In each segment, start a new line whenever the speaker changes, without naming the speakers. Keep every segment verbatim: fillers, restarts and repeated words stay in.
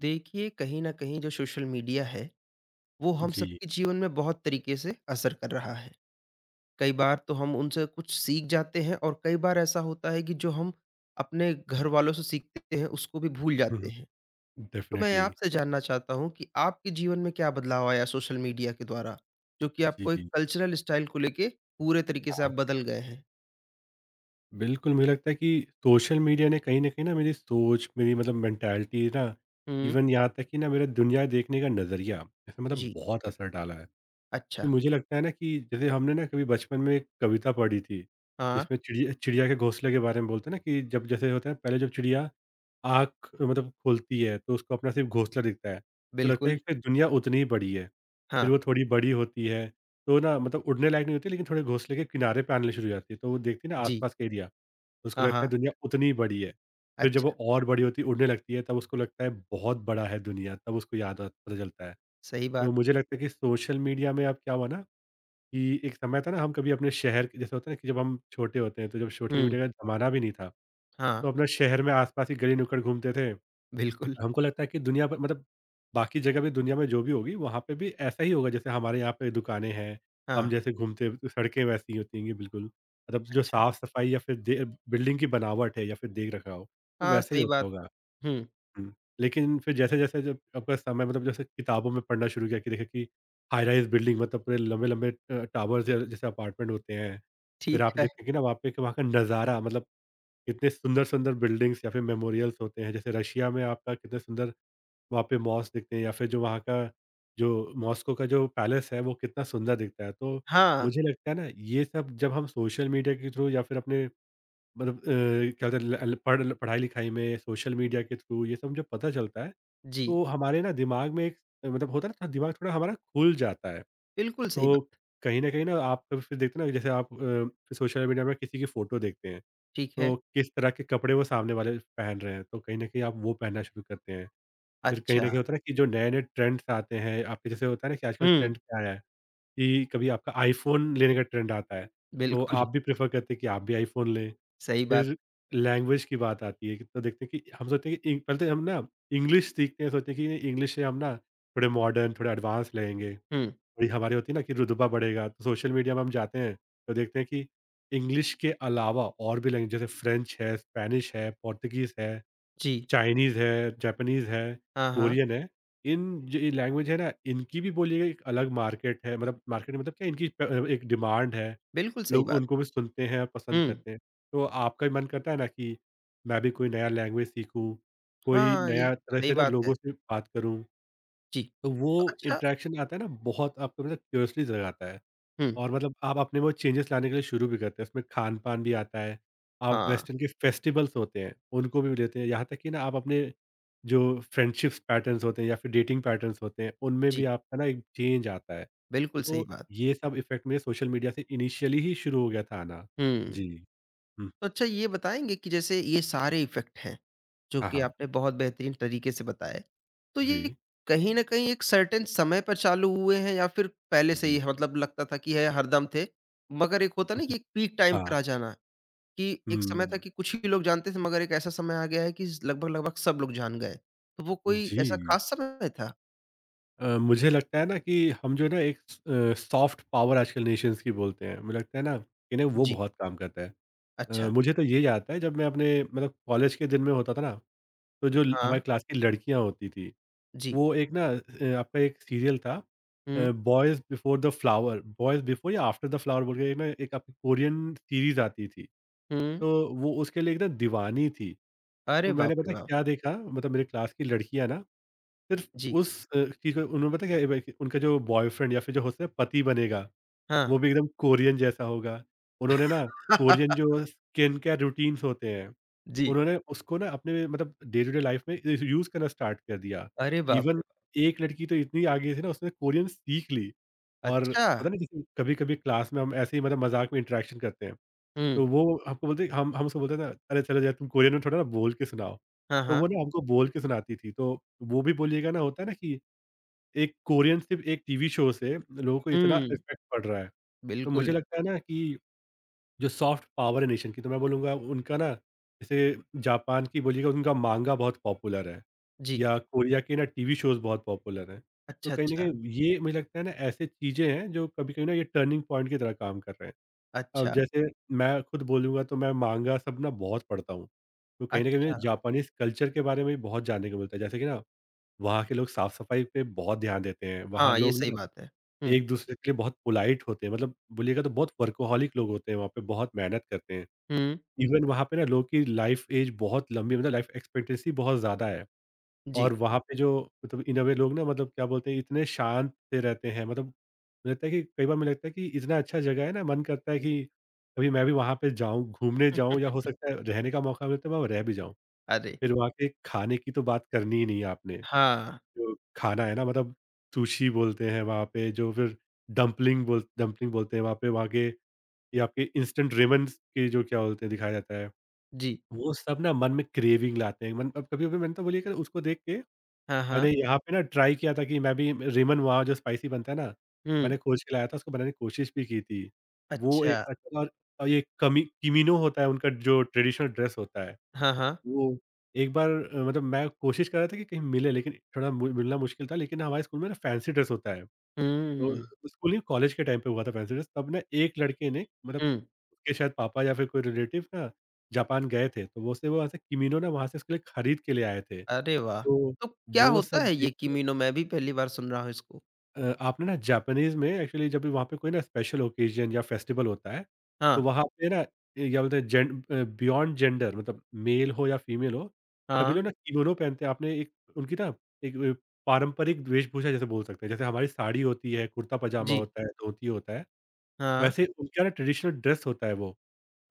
देखिए, कहीं न कहीं जो सोशल मीडिया है, वो हम
जी।
सबके जीवन में बहुत तरीके से असर कर रहा है। कई बार तो हम उनसे कुछ सीख जाते हैं और कई बार ऐसा होता है कि जो हम अपने घर वालों से सीखते हैं, उसको भी भूल
हुँ,
जाते
हुँ।
हैं। तो मैं
डेफ़िनिटली।
आपसे जानना चाहता हूँ कि आपके जीवन में क्या बदलाव आया सोशल मीडिया के द्वारा, जो कि
जी,
आपको एक
जी।
कल्चरल स्टाइल को लेके पूरे तरीके से आप
हाँ।
बदल गए हैं?
बिल्कुल, मुझे लगता है कि सोशल मीडिया ने कहीं न कहीं ना मेरी सोच, मेरी मतलब मेंटालिटी ना,
हुँ,
इवन यहाँ तक कि ना मेरा दुनिया देखने का नज़रिया, इसमें मतलब
जी,
बहुत असर डाला है। कि
अच्छा,
मुझे लगता है ना कि जैसे हमने ना कभी बचपन में एक कविता पढ़ी थी,
हाँ,
जिसमें चिड़िया चिड़िया के घोंसले के बारे में बोलते हैं ना, कि जब जैसे होता है पहले जब चिड़िया आँख मतलब खोलती है, तो उसको अपना सिर्फ़ घोंसला दिखता है। तो लगता है
बिल्कुल,
कि फिर दुनिया उतनी ही बड़ी है।
हाँ,
फिर वो थोड़ी बड़ी होती है, तो ना मतलब उड़ने लायक नहीं होती, लेकिन थोड़े घोंसले के किनारे पे आने शुरू हो जाती है। तो वो देखती है ना
जी,
आस-पास का एरिया, उसको
हाँ,
लगता है
हाँ,
दुनिया उतनी ही बड़ी है। फिर जब
अच्छा,
वो और बड़ी होती है, उड़ने लगती है, तब उसको लगता है बहुत बड़ा है दुनिया, तब उसको याद आता पता चलता है।
सही
तो
बात,
मुझे लगता है कि सोशल मीडिया में अब क्या हुआ ना, कि एक समय था ना, हम कभी अपने शहर के जैसे होता है ना कि जब हम छोटे होते हैं, तो जब सोशल
हुँ,
मीडिया का ज़माना भी नहीं था,
हाँ,
तो अपना शहर में आस-पास की गली-नुक्कड़ घूमते थे।
बिल्कुल।
हमको लगता है कि दुनिया भर मतलब बाकी जगह भी दुनिया में जो भी होगी वहाँ पे भी ऐसा ही होगा। जैसे हमारे यहाँ पे दुकानें हैं, हम
हाँ,
जैसे घूमते हैं, तो सड़कें वैसी ही होती होंगी बिल्कुल। मतलब जो
अच्छा।
साफ-सफाई या फिर दे बिल्डिंग की बनावट है या फिर देख-रखाव, वो
हाँ,
वैसे ही
सही
होता
बात
होगा।
हुँ,
हुँ, लेकिन फिर जैसे-जैसे जब आपका समय मतलब जैसे किताबों में पढ़ना शुरू किया कि देखिए कि हाई राइज़ बिल्डिंग मतलब पूरे लंबे-लंबे अ, टावर्स या जैसे अपार्टमेंट होते हैं। फिर
ठीक
आप
है।
देखते हैं कि ना वहाँ पे, कि वहाँ का नज़ारा मतलब कितने सुंदर-सुंदर बिल्डिंग्स या फिर मेमोरियल्स होते हैं। जैसे रशिया में आपका कितने सुंदर वहाँ पे मॉस दिखते हैं, या फिर जो वहाँ का जो मॉस्को का जो पैलेस है वो कितना सुंदर दिखता है। तो
हाँ,
मुझे लगता है ना, ये सब जब हम सोशल मीडिया के थ्रू या फिर अपने मतलब अ, क्या होता है ल ल पढ़ पढ़ाई-लिखाई में सोशल मीडिया के थ्रू ये सब जब पता चलता है,
जी,
तो हमारे ना दिमाग में एक अ, मतलब होता है ना थोड़ा दिमाग थोड़ा हमारा खुल जाता है।
बिल्कुल सही
तो
बात,
कहीं न कहीं ना आप कभी फिर देखते हैं ना, जैसे आप अ, फिर सोशल मीडिया में किसी की फ़ोटो देखते हैं,
ठीक है।
तो किस तरह के कपड़े वो सामने वाले पहन रहे हैं, तो कहीं न कहीं आप वो पहनना शुरू करते हैं। फिर कहीं
अच्छा,
न कहीं होता है ना कि जो नए-नए ट्रेंड्स आते हैं, आपके जैसे होता है ना कि आजकल
हुँ,
ट्रेंड क्या आया है, कि कभी आपका आईफ़ोन लेने का ट्रेंड आता है, तो
बिल्कुल
आप भी प्रेफ़र करते हैं कि आप भी आईफ़ोन लें।
सही बात,
फिर लैंग्वेज की बात आती है, कि तो देखते हैं कि हम सोचते हैं कि इंग- पहले तो हम ना इंग्लिश सीखते हैं, सोचते हैं कि इंग्लिश से हम ना थोड़े मॉडर्न, थोड़े एडवांस लगेंगे।
हुँ,
थोड़ी हमारी होती है ना कि रुतबा बढ़ेगा, तो सोशल मीडिया में हम जाते हैं, तो देखते हैं कि इंग्लिश के अलावा और भी लैंग्वेज, जैसे फ्रेंच है, स्पेनिश है, पोर्तुगीज़ है।
जी,
चाइनीज़ है, जापानीज़ है,
हाँ, हाँ,
कोरियन है, इन जो ये लैंग्वेज है ना, इनकी भी बोलिए एक अलग मार्केट है, मतलब मार्केट मतलब क्या, इनकी प एक डिमांड है।
बिल्कुल सही
लोग
बात,
उनको भी सुनते हैं और
हुँ,
पसंद करते हैं। तो आपका भी मन करता है ना कि मैं भी कोई नया लैंग्वेज सीखूँ, कोई
हाँ, ये
नया तरह
सही
से ना
बात है,
लोगों से बात करूँ,
जी।
तो वो
तो अच्छा
इंटरेक्शन आता है ना बहुत, आपको मतलब क्यूरियोसिटी जगाता है।
हुँ,
और मतलब आप अपने वो चेंजेस लाने के लिए शुरू भी करते हैं, उसमें खान-पान भी आता है। आप
हाँ,
वेस्टर्न के फेस्टिवल्स होते हैं, उनको भी लेते हैं। यहाँ तक कि ना आप अपने जो फ्रेंडशिप्स पैटर्न्स होते हैं या फिर डेटिंग पैटर्न्स होते हैं, उनमें भी
जी,
आपका ना एक चेंज आता है।
बिल्कुल सही
तो
बात,
ये सब इफ़ेक्ट मेरे सोशल मीडिया से इनिशियली ही शुरू हो गया था आना।
हुँ।
जी। हुँ।
तो अच्छा ये बताएँगे कि जैसे ये सारे इफ़ेक्ट हैं, जो
हाँ,
कि
हाँ।
आपने बहुत बेहतरीन तरीके से बताए। तो ये
जी,
कहीं न कहीं एक सर्टेन समय पर चालू हुए हैं या फिर पहले से ही
जी।
है? मतलब लगता था कि यह हरदम थे? मगर एक होता है ना कि एक पीक टाइम पर
हाँ।
आ जाना, कि एक समय था
हुँ,
कि कुछ ही लोग जानते थे मगर एक ऐसा समय आ गया है कि लगभग-लगभग सब लोग जान गए। तो वो कोई
जी।
ऐसा ख़ास समय था?
अ, मुझे लगता है ना कि हम जो है ना एक स अ, सॉफ्ट पावर आजकल नेशंस की बोलते हैं। मुझे लगता है ना, कि ना वो
जी,
बहुत काम करता है। अ,
अच्छा,
मुझे तो ये याद है, जब मैं अपने मतलब कॉलेज के दिन में होता था ना, तो जो ल
हाँ,
हमारी क्लास की लड़कियाँ होती थी,
जी,
वो एक ना अ, आपका एक सीरियल था,
हुँ,
अ, boys before the flower, boys before या आफ्टर द फ्लावर बोल के, एक ना एक आपकी कोरियन सीरीज़ आती थी,
हुँ।
तो वो उसके लिए एक ना दीवानी थी।
अरे
तो
बाप
मैंने पता
रे
है
बाप!
क्या देखा, मतलब मेरे क्लास की लड़कियाँ ना सिर्फ़
जी,
उस अ, चीज़ को, उन्होंने पता है क्या, एक- उनका जो बॉयफ्रेंड या फिर जो होता है पति बनेगा,
हाँ।
वो भी एकदम कोरियन जैसा होगा। उन्होंने ना कोरियन जो स्किन केयर रूटीन्स होते हैं,
जी,
उन्होंने उसको ना अपने मतलब डे टू डे लाइफ़ में यूज़ यूज़ करना स्टार्ट कर दिया।
अरे बाप
इवन
रे बाप!
एक लड़की तो इतनी आगे थी ना, उसने कोरियन सीख ली। और
अच्छा।
पता नहीं, जैसे कभी-कभी क्लास में हम ऐसे ही मतलब मज़ाक में इंटरेक्शन करते हैं,
हुँ।
तो वो हमको बोलते हैं, हम हम उसको बोलते हैं ना, "अरे! चलो यार, तुम कोरियन में थोड़ा ना बोल के सुनाओ।"
हाँ,
तो
हाँ।
वो ना हमको बोल के सुनाती थी। तो वो भी बोलिएगा ना, होता है ना कि एक कोरियन, सिर्फ़ एक टीवी शो से लोगों को इतना
हुँ,
इफ़ेक्ट पड़ रहा है। तो
बिल्कुल।
मुझे लगता है ना, कि जो सॉफ्ट पावर है नेशन की, तो मैं बोलूँगा उनका ना, जैसे जापान की बोलिएगा उनका मांगा बहुत पॉपुलर है,
जी।
या कोरिया के ना टीवी शोज़ बहुत पॉपुलर हैं। तो
अच्छा,
कहीं न
अच्छा।
कहीं ये मुझे लगता है ना, ऐसे चीज़ें हैं जो कभी-कभी ना ये टर्निंग पॉइंट की तरह काम कर रहे हैं। अब
अच्छा,
जैसे मैं खुद बोलूँगा, तो मैं मांगा सब ना बहुत पढ़ता हूँ। तो कहीं न कहीं मुझे
अच्छा।
जापानीज़ कल्चर के बारे में भी बहुत जानने को मिलता है। जैसे कि ना, वहाँ के लोग साफ-सफाई पे बहुत ध्यान देते हैं। वहाँ
हाँ, ये
लोग
सही
ना
बात है। हुँ,
एक-दूसरे के लिए बहुत पोलाइट होते हैं, मतलब बोलिएगा तो बहुत वर्कहॉलिक लोग होते हैं वहाँ पे, बहुत मेहनत करते हैं।
हुँ।
इवन वहाँ पे ना लोग की लाइफ़ एज बहुत लंबी है, मतलब लाइफ़ एक्सपेक्टेंसी बहुत ज़्यादा है।
जी।
और वहाँ पे जो मतलब इन अ वे लोग ना, मतलब क्या बोलते हैं, इतने शांत से रहते हैं, मतलब मुझे लगता है कि कई बार मुझे लगता है कि इतना अच्छा जगह है ना, मन करता है कि कभी मैं भी वहाँ पे जाऊँ, घूमने जाऊँ, या हो सकता है रहने का मौका मिले, तो मैं रह भी जाऊँ।
अरे!
फिर वहाँ के खाने की तो बात करनी ही नहीं है आपने।
हाँ।
जो खाना है ना, मतलब सुशी बोलते हैं वहाँ पे, जो फिर डम्पलिंग बोल डम्पलिंग बोलते हैं वहाँ पे, वहाँ के ये आपके इंस्टेंट रेमन के जो क्या बोलते हैं दिखाया जाता है,
जी।
वो सब ना मन में क्रेविंग लाते हैं। मन अब कभी कभी मैंने तो बोलिए कि उसको देख के
हाँ, हाँ।
मैंने यहाँ पे ना ट्राई किया था, कि मैं भी रेमन, वहाँ जो स्पाइसी बनता है ना,
हुँ।
मैंने खोज के लाया था, उसको बनाने की कोशिश भी की थी। वो एक
अच्छा।
अच्छा, और और ये कमी किमिनो होता है उनका, जो ट्रेडिशनल ड्रेस होता है।
हाँ, हाँ।
वो एक बार अ, मतलब मैं कोशिश कर रहा था कि कहीं मिले, लेकिन थोड़ा मु मिलना मुश्किल था, लेकिन हमारे स्कूल में ना फैंसी ड्रेस होता है।
हुँ,
तो स्कूल नहीं, कॉलेज के टाइम पे हुआ था फैंसी ड्रेस, तब ना एक लड़के ने मतलब
हुँ।
उसके शायद पापा या फिर कोई रिलेटिव ना जापान गए थे। तो वो से वो ऐसे किमीनो ना वहाँ से उसके लिए खरीद के ले आए थे।
अरे वाह!
तो
तो क्या
वो
होता
सब
है ये
देख
किमीनो? मैं भी पहली बार सुन रहा हूँ इसको।
अ, आपने ना जापानीज़ में एक्चुअली जब भी वहाँ पे कोई ना स्पेशल ओकेज़न या फेस्टिवल होता है,
हाँ,
तो वहाँ पे ना ये क्या बोलते हैं, जेन अ, बियॉन्ड जेंडर, मतलब मेल हो या फीमेल हो, सभी
हाँ।
लोग ना किमोनो पहनते हैं। आपने एक उनकी ना एक अ, पारंपरिक वेशभूषा जैसे बोल सकते हैं। जैसे हमारी साड़ी होती है, कुर्ता-पजामा
जी।
होता है, धोती होता है,
हाँ,
वैसे उनका ना ट्रेडिशनल ड्रेस होता है वो।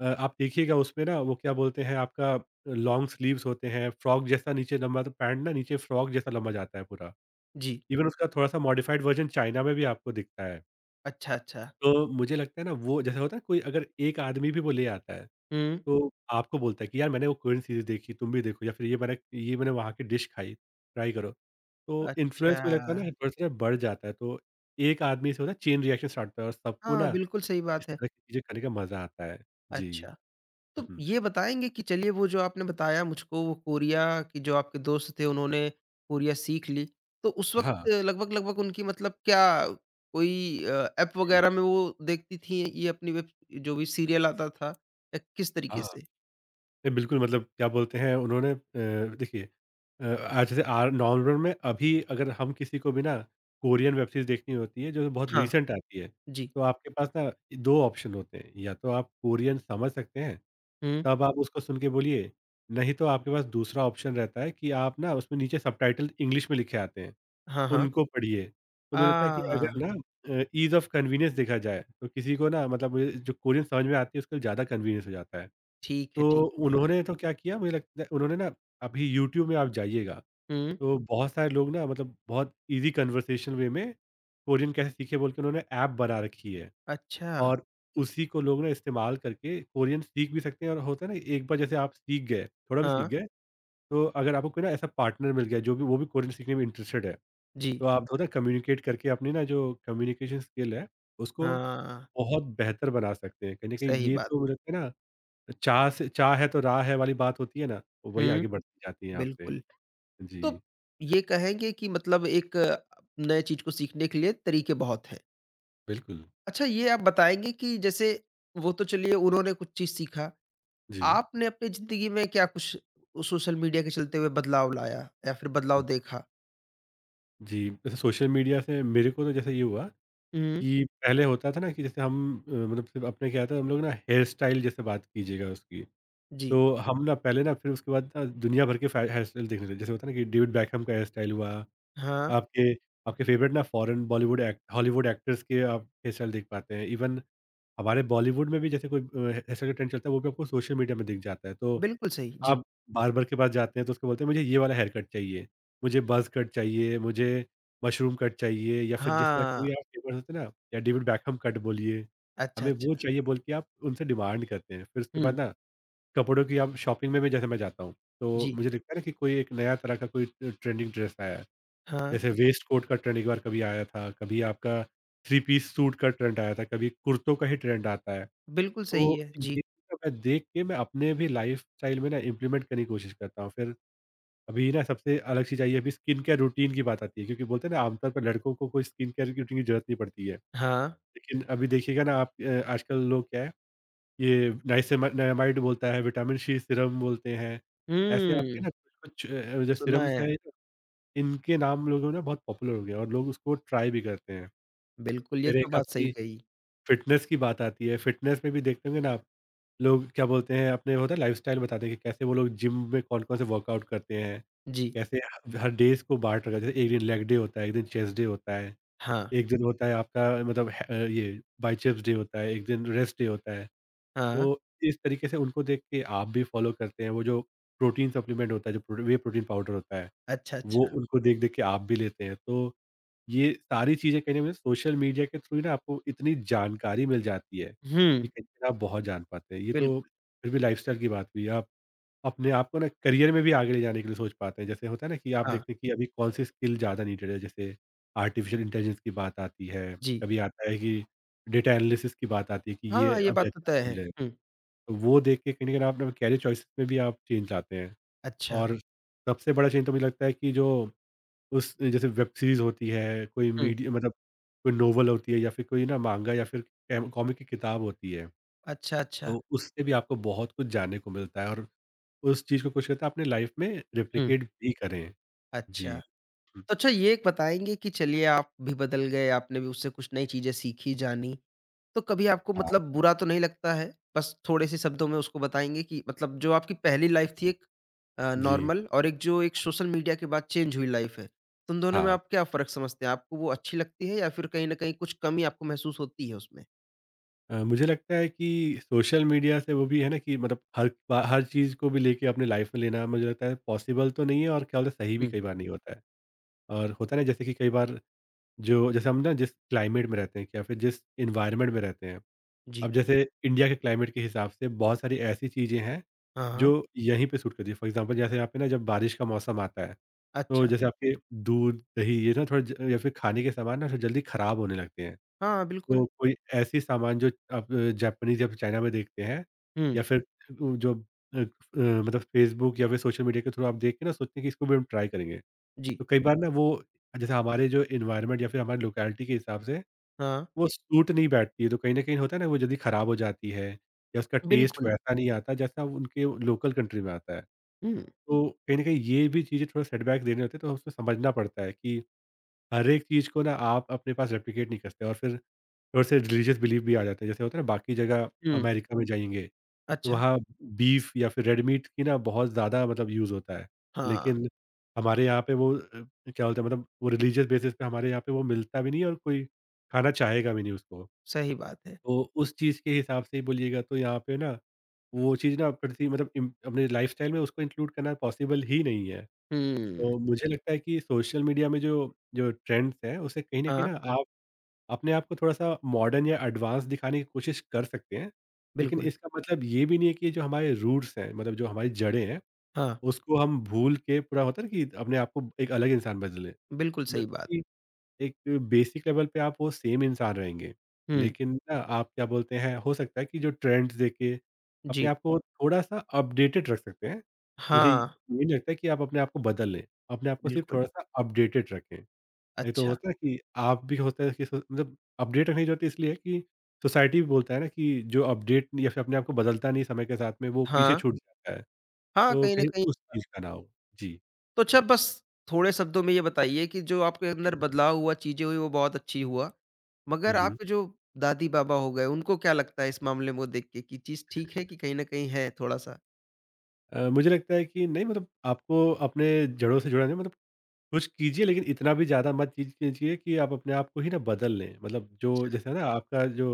अ, आप देखिएगा उसमें ना, वो क्या बोलते हैं आपका लॉन्ग स्लीव्स होते हैं, फ्रॉक जैसा नीचे लंबा, तो पैंट ना नीचे फ्रॉक जैसा लंबा जाता है पूरा।
जी।
इवन उसका थोड़ा-सा मॉडिफाइड वर्ज़न चाइना में भी आपको दिखता है।
अच्छा, अच्छा।
तो मुझे लगता है ना वो जैसे होता है, कोई अगर एक आदमी भी वो ले आता है,
हुँ।
तो आपको बोलता है कि यार मैंने वो कोरियन सीरीज़ देखी, तुम भी देखो, या फिर ये मैंने ये मैंने वहाँ की डिश खाई, ट्राई करो। तो
अच्छा।
इन्फ्लुएंस मुझे लगता है ना थोड़ा-सा बढ़ जाता है। तो एक आदमी से होता है चेन रिएक्शन स्टार्ट होता है और सबको
हाँ,
ना
बिल्कुल सही
इस
बात है।
तरह की चीज़ें खाने का मज़ा आता है। जी।
अच्छा।
हुँ,
तो
हुँ।
ये बताएँगे कि चलिए वो जो आपने बताया मुझको वो कोरिया कि जो आपके दोस्त थे उन्होंने कोरिया सीख ली, तो उस वक़्त
हाँ,
लगभग-लगभग उनकी मतलब क्या कोई अ, ऐप
जी।
वग़ैरह में वो देखती थीं ये अपनी वेब जो भी सीरियल आता था या किस तरीके
हाँ।
से?
नहीं, बिल्कुल मतलब क्या बोलते हैं उन्होंने, अ, देखिए। अ, आज जैसे आर नवंबर में अभी अगर हम किसी को भी ना कोरियन वेब सीरीज़ देखनी होती है जो बहुत
हाँ,
रीसेंट आती है,
जी।
तो आपके पास ना दो ऑप्शन होते हैं, या तो आप कोरियन समझ सकते हैं,
हुँ।
तब आप उसको सुन के बोलिए, नहीं तो आपके पास दूसरा ऑप्शन रहता है कि आप ना उसमें नीचे सबटाइटल इंग्लिश में लिखे आते हैं,
हाँ, हाँ।
उनको पढ़िए। तो मुझे लगता है कि
आ
अगर ना अ, ईज़ ऑफ कन्वीनियंस देखा जाए, तो किसी को ना मतलब मुझे जो कोरियन समझ में आती है उसको ज़्यादा कन्वीनियंस हो जाता है।
ठीक है,
तो
ठीक है।
उन्होंने तो क्या किया, मुझे लगता है उन्होंने ना अभी यूट्यूब में आप जाइएगा,
हुँ,
तो बहुत सारे लोग ना मतलब बहुत ईज़ी कन्वर्सेशन वे में कोरियन कैसे सीखें बोल के उन्होंने ऐप बना रखी है,
अच्छा।
और उसी को लोग ना इस्तेमाल करके कोरियन सीख भी सकते हैं। और होता है ना, एक बार जैसे आप सीख गए, थोड़ा भी सीख
हाँ,
गए, तो अगर आपको कोई ना ऐसा पार्टनर मिल गया जो भी वो भी कोरियन सीखने में इंटरेस्टेड है,
जी।
तो आप होता है कम्युनिकेट करके अपनी ना जो कम्युनिकेशन स्किल है, उसको
हाँ,
बहुत बेहतर बना सकते हैं। कहीं न कहीं
सही
ये
बात।
तो मुझे लगता है ना, चाह से चाह है तो राह है वाली बात होती है ना, वही
हुँ,
आगे बढ़ती जाती है यहाँ पे।
बिल्कुल। तो
जी।
ये कहेंगे कि मतलब एक अ, नए चीज़ को सीखने के लिए तरीके बहुत हैं।
बिल्कुल।
अच्छा ये आप बताएँगे कि जैसे वो तो चलिए उन्होंने कुछ चीज़ सीखा,
जी।
आपने अपनी ज़िंदगी में क्या कुछ सोशल मीडिया के चलते हुए बदलाव लाया या फिर बदलाव
हुँ।
देखा?
जी, जैसे सोशल मीडिया से मेरे को तो जैसे ये हुआ
हुँ,
कि पहले होता था ना कि जैसे हम, अ, मतलब सिर्फ़ अपने क्या था हम लोग ना हेयर स्टाइल जैसे बात कीजिएगा उसकी,
जी।
तो हम ना पहले ना फिर उसके बाद ना दुनिया भर के फ़े हेयर स्टाइल देखने लगे। जैसे होता है ना कि डेविड बेकहम का हेयर स्टाइल हुआ,
हाँ,
आपके आपके फ़ेवरेट ना foreign Bollywood act Hollywood actors के आप हेयर स्टाइल देख पाते हैं। इवन हमारे बॉलीवुड में भी जैसे कोई अ, हेयर स्टाइल का ट्रेंड चलता है, वो भी आपको सोशल मीडिया में दिख जाता है। तो
बिल्कुल सही। जी।
आप बार्बर के पास जाते हैं तो उसको बोलते हैं मुझे ये वाला हेयर कट चाहिए, मुझे बज़ कट चाहिए, मुझे मशरूम कट चाहिए, या फिर जिस तरह के भी
हाँ।
आप फेमस होते हैं ना, या डेविड बेकहम कट बोलिए,
अच्छा,
हमें वो
अच्छा।
चाहिए बोल के आप उनसे डिमांड करते हैं। फिर उसके
हुँ,
बाद ना कपड़ों की आप शॉपिंग में भी जैसे मैं जाता हूँ, तो
जी।
मुझे लगता है ना कि कोई एक नया तरह का कोई अ, ट्रेंडिंग ड्रेस आया है।
हाँ,
जैसे वेस्ट कोट का ट्रेंड एक बार कभी आया था, कभी आपका थ्री पीस सूट का ट्रेंड आया था, कभी कुर्तों का ही ट्रेंड आता है।
बिल्कुल सही
तो
है।
ये
जी।
चीज़ मैं देख के मैं अपने भी लाइफ़स्टाइल में ना इम्प्लीमेंट करने की कोशिश करता हूँ। फिर अभी ना सबसे अलग चीज़ आई है, अभी स्किन केयर रूटीन की बात आती है, क्योंकि बोलते हैं ना आमतौर पर लड़कों को कोई स्किन केयर की रूटीन की ज़रूरत नहीं पड़ती है।
हाँ।
लेकिन अभी देखिएगा ना, आप, अ, आजकल लोग क्या है, ये नाइसेमा नाइमाइड बोलता है, विटामिन सी सीरम बोलते हैं। ऐसे आपके
हुँ,
ना कुछ-कुछ, अ, जो
सुना
सीरम्स
है।
हैं, इनके नाम लोगों ने बहुत पॉपुलर हो गए, और लोग उसको ट्राई भी करते हैं।
बिल्कुल, ये
फिर
तो
एक
बात सही
आपकी
कही।
फ़िटनेस की बात आती है। फ़िटनेस में भी देखते होंगे ना आप, लोग क्या बोलते हैं अपने होता है लाइफस्टाइल बताते हैं कि कैसे वो लोग जिम में कौन-कौन से वर्कआउट करते हैं।
जी।
कैसे ह हर डेज़ को बाँट रखा है, जैसे एक दिन लेग डे होता है, एक दिन चेस्ट डे होता है,
हाँ,
एक दिन होता है आपका मतलब, ह अ, ये बाइसेप्स डे होता है, एक दिन रेस्ट डे होता है।
हाँ।
तो इस तरीके से उनको देख के आप भी फ़ॉलो करते हैं, वो जो प्रोटीन सप्लीमेंट होता है, जो प्रो व्हे प्रोटीन पाउडर होता है,
अच्छा,
वो
अच्छा।
उनको देख-देख के आप भी लेते हैं। तो ये सारी चीज़ें कहीं न कहीं सोशल मीडिया के थ्रू ही ना आपको इतनी जानकारी मिल जाती है, कि
हुँ।
कहीं न कहीं आप बहुत जान पाते हैं। ये तो
बिल्कुल,
फिर भी लाइफ़स्टाइल की बात हुई। आप अपने आप को ना करियर में भी आगे ले जाने के लिए सोच पाते हैं। जैसे होता है ना कि आप
हाँ,
देखते हैं कि अभी कौन सी स्किल ज़्यादा नीडेड है, जैसे आर्टिफ़िशियल इंटेलिजेंस की बात आती है,
जी।
कभी आता है कि डेटा एनालिसिस की बात आती है कि ये
हाँ, ये
अभी
बात तो
अच्छा
तय है।
फ़ील्ड है।
हुँ।
तो वो देख के कहीं न कहीं आप ना कैरियर चॉइसेस में भी आप चेंज लाते हैं।
अच्छा।
और सबसे बड़ा चेंज तो मुझे लगता है कि जो, उस जैसे वेब सीरीज़ होती है, कोई
हुँ।
मीडिया मतलब कोई नोवेल होती है, या फिर कोई ना माँगा, या फिर कैम कॉमिक की किताब होती है।
अच्छा, अच्छा।
तो उससे भी आपको बहुत कुछ जानने को मिलता है, और उस चीज़ को कुछ कहते हैं अपने लाइफ़ में
हुँ।
रेप्लिकेट भी करें।
अच्छा।
जी। हुँ।
तो अच्छा ये एक बताएँगे कि चलिए आप भी बदल गए, आपने भी उससे कुछ नई चीज़ें सीखी, जानी। तो कभी आपको
हाँ।
मतलब बुरा तो नहीं लगता है? बस थोड़े-से शब्दों में उसको बताएँगे कि मतलब जो आपकी पहली लाइफ़ थी एक अ,
जी,
नॉर्मल और एक जो एक सोशल मीडिया के बाद चेंज हुई लाइफ़ है। तो उन दोनों में
हाँ।
आप क्या फ़र्क समझते हैं? आपको वो अच्छी लगती है या फिर कहीं न कहीं कुछ कमी आपको महसूस होती है उसमें?
अ, मुझे लगता है कि सोशल मीडिया से वो भी है ना कि मतलब हर बा हर चीज़ को भी लेके अपने लाइफ़ में लेना मुझे लगता है पॉसिबल तो नहीं है, और क्या बोलते हैं सही भी
हुँ,
कई बार नहीं होता है। और होता है ना, जैसे कि कई बार जो जैसे हम ना जिस क्लाइमेट में रहते हैं या फिर जिस एनवायरनमेंट में रहते हैं,
जी।
अब जैसे इंडिया के क्लाइमेट के हिसाब से बहुत सारी ऐसी चीज़ें हैं,
हाँ, हाँ।
जो यहीं पे सूट करती है। फॉर एग्ज़ाम्पल, जैसे यहाँ पे ना जब बारिश का मौसम आता है, तो
अच्छा।
जैसे आपके दूध, दही, ये ना थोड़ा ज या फिर खाने के सामान ना थोड़ा जल्दी खराब होने लगते हैं।
हाँ, बिल्कुल।
तो कोई ऐसी सामान जो आप जापानीज़ या फिर चाइना में देखते हैं,
हुँ।
या फिर उ जो, अ अ, मतलब फ़ेसबुक या फिर सोशल मीडिया के थ्रू आप देख के ना सोचते हैं कि इसको भी हम ट्राई करेंगे।
जी,
तो कई बार ना वो, जैसे हमारे जो एनवायरनमेंट या फिर हमारी लोकेलिटी के हिसाब से
हाँ।
वो सूट नहीं बैठती है, तो कहीं न कहीं होता है ना वो जल्दी ख़राब हो जाती है, या उसका टेस्ट
बिल्कुल,
वैसा नहीं आता जैसा उनके लोकल कंट्री में आता है।
हुँ,
तो कहीं न कहीं ये भी चीज़ें थोड़ा सेटबैक देने होते हैं, तो उसको समझना पड़ता है कि हर एक चीज़ को ना आप अपने पास रेप्लिकेट नहीं कर सकते, और फिर थोड़े-से रिलीजियस बिलीफ भी आ जाते हैं। जैसे होता है ना, बाकी जगह
हुँ।
अमेरिका में जाएँगे, तो
अच्छा,
वहाँ बीफ या फिर रेड मीट की ना बहुत ज़्यादा मतलब यूज़ होता है।
हाँ,
लेकिन हमारे यहाँ पे वो, अ, क्या बोलते हैं, मतलब वो रिलीजियस बेसिस पे हमारे यहाँ पे वो मिलता भी नहीं है, और कोई खाना चाहेगा भी नहीं उसको।
सही बात है।
तो उस चीज़ के हिसाब से ही बोलिएगा तो यहाँ पे ना वो चीज़ ना प्रति मतलब इम अपने लाइफ़स्टाइल में उसको इंक्लूड करना पॉसिबल ही नहीं है।
हुँ।
तो मुझे लगता है कि सोशल मीडिया में जो जो ट्रेंड्स हैं, उससे कहीं न कहीं
हाँ,
ना, हाँ, आप अपने आप को थोड़ा-सा मॉडर्न या एडवांस दिखाने की कोशिश कर सकते हैं। लेकिन
बिल्कुल,
इसका मतलब ये भी नहीं है कि जो हमारे रूट्स हैं, मतलब जो हमारी जड़ें हैं,
हाँ,
उसको हम भूल के पूरा होता है ना कि अपने आप को एक अलग इंसान
बिल्कुल सही बात।
बदलें। एक बेसिक लेवल पे आप वो सेम इंसान रहेंगे।
हुँ।
लेकिन ना आप क्या बोलते हैं, हो सकता है कि जो ट्रेंड्स देख के अपने
जी,
आप को थोड़ा-सा अपडेटेड रख सकते हैं। मुझे ये
हाँ,
नहीं लगता कि आप अपने आप को बदल लें, अपने आप को सिर्फ़
बिल्कुल,
थोड़ा-सा अपडेटेड रखें। नहीं तो
अच्छा,
होता है कि आप भी होता है कि सो मतलब अपडेट रखने की ज़रूरत इसलिए है कि सोसाइटी भी बोलता है ना कि जो अपडेट या फिर अपने आप को बदलता नहीं समय के साथ में, वो पीछे
हाँ,
छूट जाता है।
हाँ,
तो
कहीं न
कहीं
कहीं
उस चीज़ का ना हो। जी।
तो अच्छा बस थोड़े शब्दों में ये बताइए कि जो आपके अंदर
जी।
बदलाव हुआ, चीज़ें हुई वो बहुत अच्छी हुआ, मगर
हुँ, हुँ।
आपके जो दादी-बाबा हो गए उनको क्या लगता है इस मामले में वो देख के कि चीज़ ठीक है कि कहीं न कहीं है थोड़ा-सा?
अ, मुझे लगता है कि नहीं, मतलब आपको अपने जड़ों से जुड़ा नहीं, मतलब कुछ कीजिए, लेकिन इतना भी ज़्यादा मत चीज़ कीजिए कि आप अपने आप को ही ना बदल लें। मतलब जो
अच्छा,
जैसे है ना आपका जो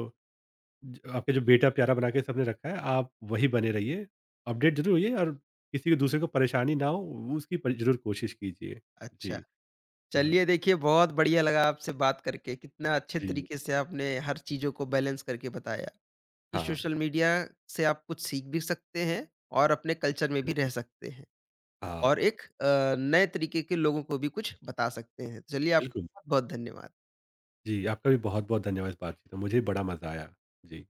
ज आपका जो बेटा प्यारा बना के सबने रखा है, आप वही बने रहिए। अपडेट ज़रूर होइए, और किसी को, दूसरे को परेशानी ना हो, वो उसकी पर ज़रूर कोशिश कीजिए।
अच्छा।
जी। हुँ।
चलिए देखिए, बहुत बढ़िया लगा आपसे बात करके। कितना अच्छे
जी।
तरीके से आपने हर चीज़ों को बैलेंस करके बताया कि
हाँ,
सोशल मीडिया से आप कुछ सीख भी सकते हैं और अपने कल्चर में भी रह
बिल्कुल।
सकते हैं
हाँ,
और एक अ, नए तरीके के लोगों को भी कुछ बता सकते हैं। चलिए,
बिल्कुल।
आपका बहुत-बहुत धन्यवाद।
जी, आपका भी बहुत-बहुत धन्यवाद इस बातचीत में। मुझे बड़ा मज़ा आया। जी।